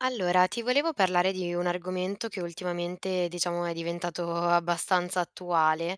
Allora, ti volevo parlare di un argomento che ultimamente, diciamo, è diventato abbastanza attuale,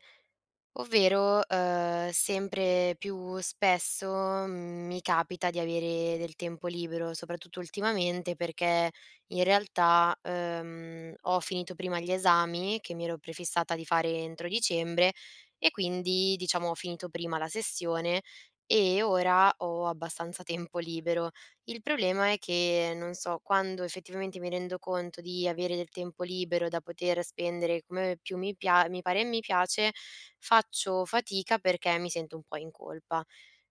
ovvero, sempre più spesso, mi capita di avere del tempo libero, soprattutto ultimamente, perché in realtà, ho finito prima gli esami che mi ero prefissata di fare entro dicembre e quindi, diciamo, ho finito prima la sessione e ora ho abbastanza tempo libero. Il problema è che, non so, quando effettivamente mi rendo conto di avere del tempo libero da poter spendere come più mi pare e mi piace, faccio fatica perché mi sento un po' in colpa.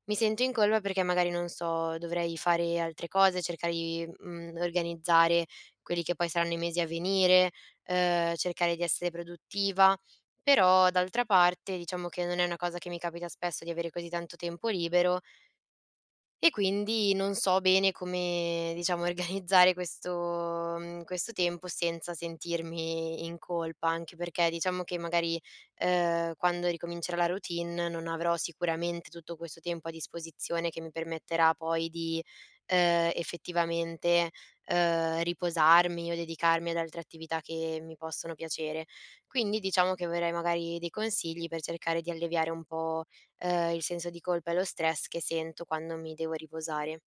Mi sento in colpa perché magari, non so, dovrei fare altre cose, cercare di, organizzare quelli che poi saranno i mesi a venire, cercare di essere produttiva, però d'altra parte diciamo che non è una cosa che mi capita spesso di avere così tanto tempo libero e quindi non so bene come, diciamo, organizzare questo, questo tempo senza sentirmi in colpa, anche perché diciamo che magari, quando ricomincerà la routine non avrò sicuramente tutto questo tempo a disposizione che mi permetterà poi di, effettivamente, riposarmi o dedicarmi ad altre attività che mi possono piacere. Quindi diciamo che vorrei magari dei consigli per cercare di alleviare un po' il senso di colpa e lo stress che sento quando mi devo riposare.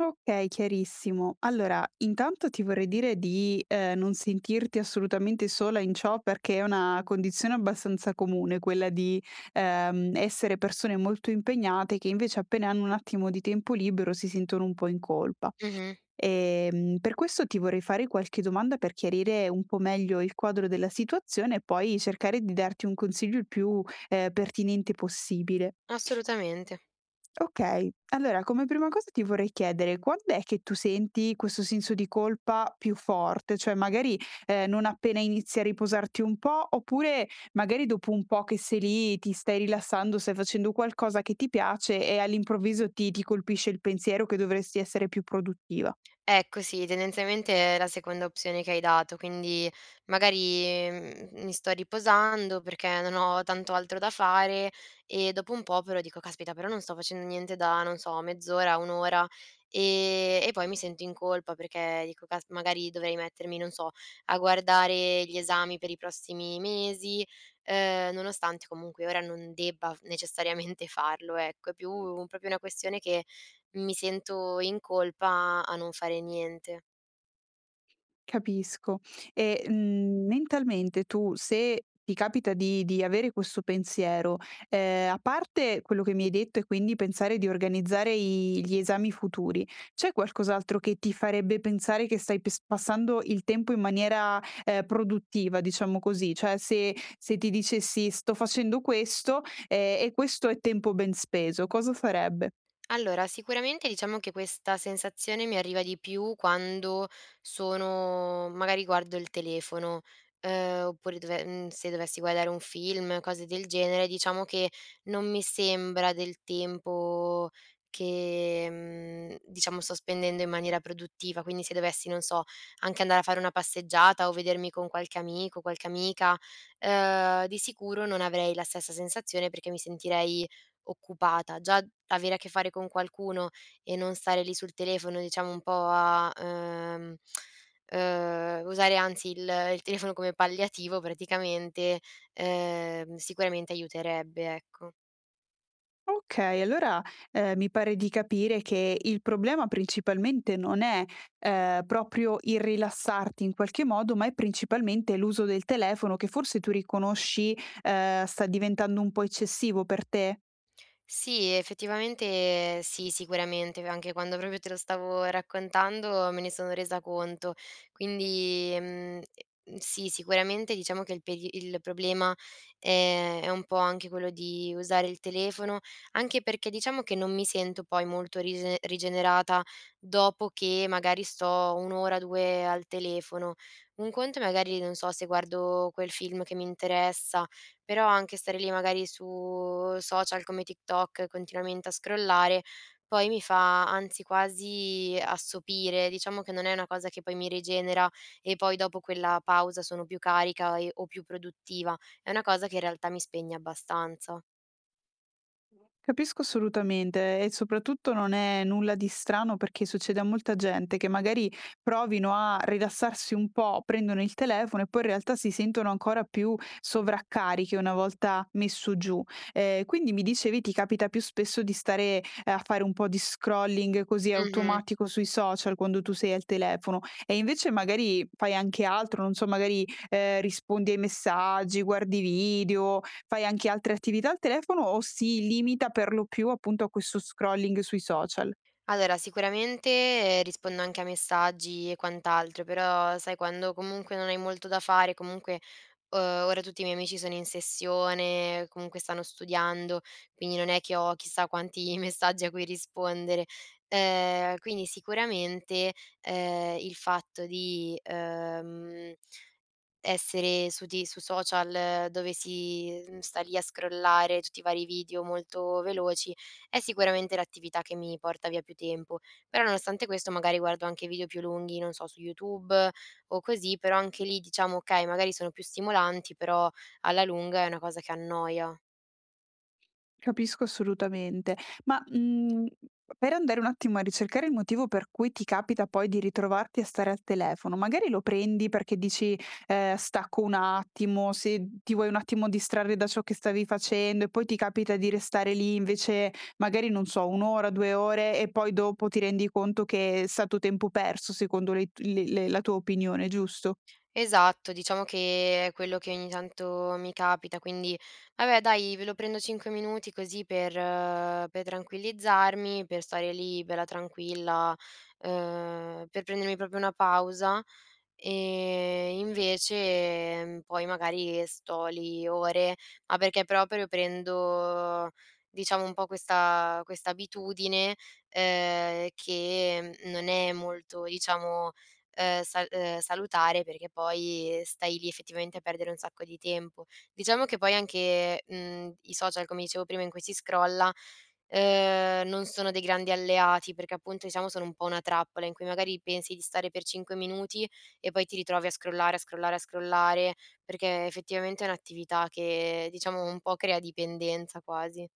Okay, chiarissimo. Allora, intanto ti vorrei dire di, non sentirti assolutamente sola in ciò, perché è una condizione abbastanza comune quella di, essere persone molto impegnate che invece appena hanno un attimo di tempo libero si sentono un po' in colpa. Mh-mh, Per questo ti vorrei fare qualche domanda per chiarire un po' meglio il quadro della situazione e poi cercare di darti un consiglio il più, pertinente possibile. assolutamente. Okay, allora come prima cosa ti vorrei chiedere quand'è che tu senti questo senso di colpa più forte? Cioè magari, non appena inizi a riposarti un po', oppure magari dopo un po' che sei lì, ti stai rilassando, stai facendo qualcosa che ti piace e all'improvviso ti colpisce il pensiero che dovresti essere più produttiva? Ecco sì, tendenzialmente è la seconda opzione che hai dato, quindi magari, mi sto riposando perché non ho tanto altro da fare e dopo un po' però dico: "Caspita, però non sto facendo niente da, non so, mezz'ora, 1 ora", e poi mi sento in colpa perché dico: "Cas Magari dovrei mettermi, non so, a guardare gli esami per i prossimi mesi", nonostante comunque ora non debba f necessariamente farlo, ecco. È più proprio una questione che mi sento in colpa a non fare niente. Capisco. E, mentalmente tu se ti capita di avere questo pensiero, a parte quello che mi hai detto e quindi pensare di organizzare i gli esami futuri, c'è qualcos'altro che ti farebbe pensare che stai pes passando il tempo in maniera, produttiva, diciamo così? Cioè se ti dicessi: "Sto facendo questo, e questo è tempo ben speso", cosa farebbe? Allora, sicuramente diciamo che questa sensazione mi arriva di più quando sono magari guardo il telefono, oppure dove se dovessi guardare un film, cose del genere, diciamo che non mi sembra del tempo che, diciamo sto spendendo in maniera produttiva. Quindi se dovessi, non so, anche andare a fare una passeggiata o vedermi con qualche amico, qualche amica, di sicuro non avrei la stessa sensazione perché mi sentirei occupata. Già avere a che fare con qualcuno e non stare lì sul telefono, diciamo un po' a, usare anzi il telefono come palliativo praticamente, sicuramente aiuterebbe, ecco. Okay, allora, mi pare di capire che il problema principalmente non è, proprio il rilassarti in qualche modo, ma è principalmente l'uso del telefono che forse tu riconosci, sta diventando un po' eccessivo per te? Sì, effettivamente sì, sicuramente, anche quando proprio te lo stavo raccontando me ne sono resa conto. Quindi, sì, sicuramente diciamo che il problema è un po' anche quello di usare il telefono, anche perché diciamo che non mi sento poi molto rigenerata dopo che magari sto 1 ora, 2 al telefono. Un conto è magari, non so, se guardo quel film che mi interessa però anche stare lì magari su social come TikTok continuamente a scrollare, poi mi fa anzi quasi assopire. Diciamo che non è una cosa che poi mi rigenera e poi dopo quella pausa sono più carica e o più produttiva. È una cosa che in realtà mi spegne abbastanza. Capisco assolutamente e soprattutto non è nulla di strano perché succede a molta gente che magari provino a rilassarsi un po', prendono il telefono e poi in realtà si sentono ancora più sovraccariche una volta messo giù. Quindi mi dicevi ti capita più spesso di stare a fare un po' di scrolling così Mh-mh. automatico sui social quando tu sei al telefono e invece magari fai anche altro, non so, magari rispondi ai messaggi, guardi video, fai anche altre attività al telefono o si limita per lo più appunto a questo scrolling sui social? Allora, sicuramente rispondo anche a messaggi e quant'altro, però sai quando comunque non hai molto da fare, comunque, ora tutti i miei amici sono in sessione, comunque stanno studiando, quindi non è che ho chissà quanti messaggi a cui rispondere. Quindi sicuramente, il fatto di, essere su social dove si, sta lì a scrollare tutti i vari video molto veloci, è sicuramente l'attività che mi porta via più tempo. Però nonostante questo magari guardo anche video più lunghi, non so, su YouTube o così, però anche lì diciamo: okay, magari sono più stimolanti, però alla lunga è una cosa che annoia. Capisco assolutamente. Ma, per andare un attimo a ricercare il motivo per cui ti capita poi di ritrovarti a stare al telefono, magari lo prendi perché dici: Stacco un attimo", se ti vuoi un attimo distrarre da ciò che stavi facendo e poi ti capita di restare lì invece magari, non so, 1 ora, 2 ore e poi dopo ti rendi conto che è stato tempo perso secondo le t le la tua opinione, giusto? Esatto, diciamo che è quello che ogni tanto mi capita, quindi vabbè dai, ve lo prendo 5 minuti così per tranquillizzarmi, per stare lì bella tranquilla, per prendermi proprio una pausa e invece, poi magari sto lì ore, ma perché proprio prendo diciamo un po' questa abitudine, che non è molto diciamo, sa salutare perché poi stai lì effettivamente a perdere un sacco di tempo. Diciamo che poi anche, i social, come dicevo prima, in cui si scrolla. Non sono dei grandi alleati, perché appunto diciamo sono un po' una trappola in cui magari pensi di stare per 5 minuti e poi ti ritrovi a scrollare, a scrollare, a scrollare, perché effettivamente è un'attività che diciamo un po' crea dipendenza quasi.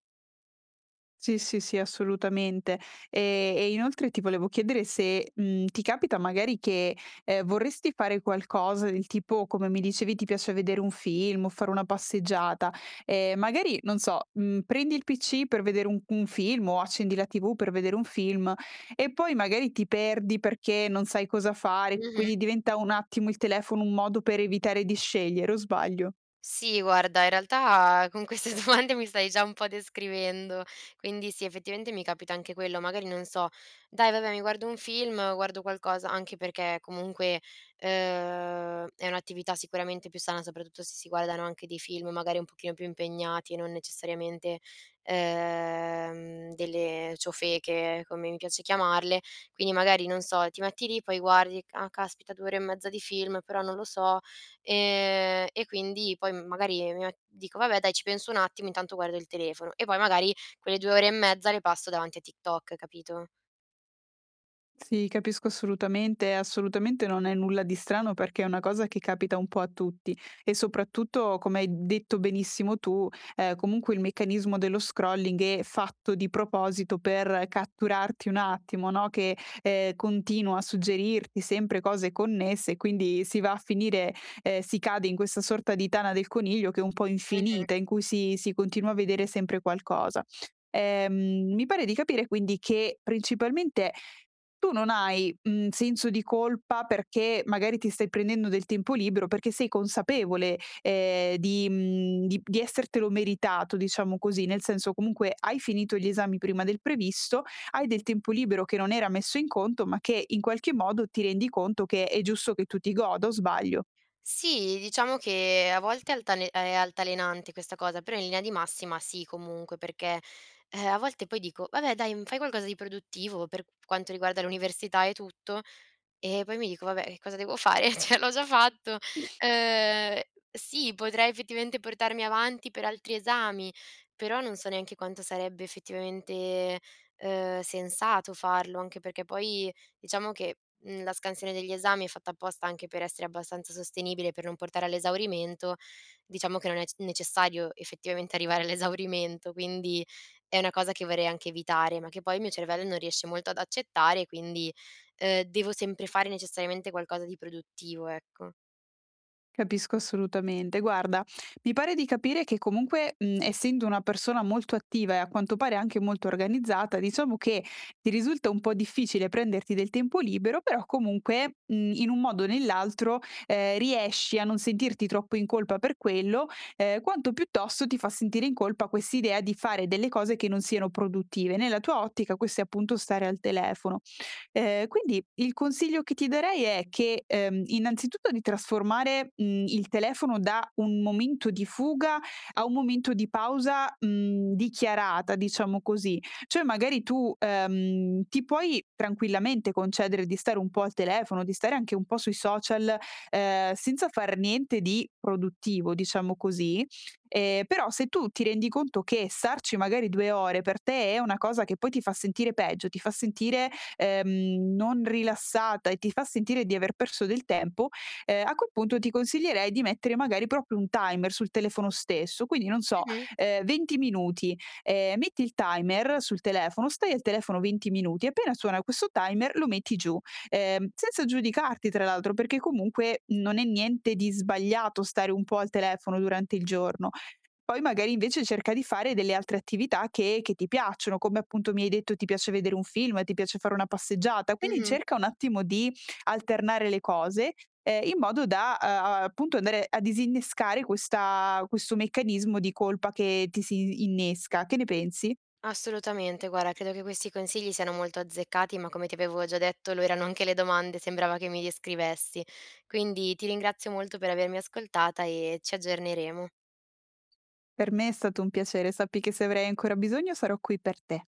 Sì, sì, sì, assolutamente. E inoltre ti volevo chiedere se, ti capita magari che, vorresti fare qualcosa del tipo, come mi dicevi ti piace vedere un film o fare una passeggiata, magari non so, prendi il PC per vedere un film o accendi la TV per vedere un film e poi magari ti perdi perché non sai cosa fare, Mh-mh. quindi diventa un attimo il telefono un modo per evitare di scegliere, o sbaglio? Sì, guarda, in realtà con queste domande mi stai già un po' descrivendo, quindi sì, effettivamente mi capita anche quello, magari non so, dai vabbè mi guardo un film, guardo qualcosa, anche perché comunque eh, è un'attività sicuramente più sana, soprattutto se si guardano anche dei film magari un pochino più impegnati e non necessariamente delle ciofeche, come mi piace chiamarle, quindi magari non so, ti metti lì, poi guardi, ah caspita, due ore e mezza di film, però non lo so. E quindi poi magari mi met dico: "Vabbè dai ci penso un attimo, intanto guardo il telefono" e poi magari quelle 2 ore e mezza le passo davanti a TikTok, capito? Sì, capisco assolutamente, assolutamente non è nulla di strano perché è una cosa che capita un po' a tutti e soprattutto, come hai detto benissimo tu, comunque il meccanismo dello scrolling è fatto di proposito per catturarti un attimo, no? Che continua a suggerirti sempre cose connesse, quindi si va a finire, si cade in questa sorta di tana del coniglio che è un po' Mh-mh. infinita, in cui si continua a vedere sempre qualcosa. Mi pare di capire quindi che principalmente tu non hai, senso di colpa perché magari ti stai prendendo del tempo libero, perché sei consapevole, di di essertelo meritato, diciamo così. Nel senso, comunque hai finito gli esami prima del previsto, hai del tempo libero che non era messo in conto, ma che in qualche modo ti rendi conto che è giusto che tu ti goda, o sbaglio? Sì, diciamo che a volte è altalenante questa cosa, però in linea di massima sì comunque, perché, a volte poi dico: "Vabbè dai, mhmm, fai qualcosa di produttivo per quanto riguarda l'università e tutto". E poi mi dico: "Vabbè, che cosa devo fare? Cioè l'ho già fatto". Ehm, sì, potrei effettivamente portarmi avanti per altri esami, però non so neanche quanto sarebbe effettivamente, sensato farlo, anche perché poi diciamo che, la scansione degli esami è fatta apposta anche per essere abbastanza sostenibile, per non portare all'esaurimento. Diciamo che non è c necessario effettivamente arrivare all'esaurimento, quindi è una cosa che vorrei anche evitare, ma che poi il mio cervello non riesce molto ad accettare, quindi devo sempre fare necessariamente qualcosa di produttivo, ecco. Capisco assolutamente. Guarda, mi pare di capire che comunque, essendo una persona molto attiva e a quanto pare anche molto organizzata, diciamo che ti risulta un po' difficile prenderti del tempo libero, però comunque, in un modo o nell'altro, riesci a non sentirti troppo in colpa per quello, quanto piuttosto ti fa sentire in colpa quest'idea di fare delle cose che non siano produttive. Nella tua ottica questo è appunto stare al telefono. Quindi il consiglio che ti darei è che, innanzitutto di trasformare, il telefono da un momento di fuga a un momento di pausa, dichiarata, diciamo così. Cioè magari tu, ti puoi tranquillamente concedere di stare un po' al telefono, di stare anche un po' sui social, senza far niente di produttivo, diciamo così, però se tu ti rendi conto che starci magari 2 ore per te è una cosa che poi ti fa sentire peggio, ti fa sentire non rilassata e ti fa sentire di aver perso del tempo, a quel punto ti consiglierei di mettere magari proprio un timer sul telefono stesso, quindi non so, Mh-mh, 20 minuti, metti il timer sul telefono, stai al telefono 20 minuti, appena suona questo timer lo metti giù, senza giudicarti tra l'altro, perché comunque non è niente di sbagliato stare un po' al telefono durante il giorno, poi magari invece cerca di fare delle altre attività che ti piacciono, come appunto mi hai detto ti piace vedere un film, ti piace fare una passeggiata, quindi mh-mh. cerca un attimo di alternare le cose, in modo da, appunto andare a disinnescare questa questo meccanismo di colpa che ti si innesca. Che ne pensi? Assolutamente, guarda credo che questi consigli siano molto azzeccati, ma come ti avevo già detto lo erano anche le domande, sembrava che mi descrivessi. Quindi ti ringrazio molto per avermi ascoltata e ci aggiorneremo. Per me è stato un piacere, sappi che se avrai ancora bisogno sarò qui per te.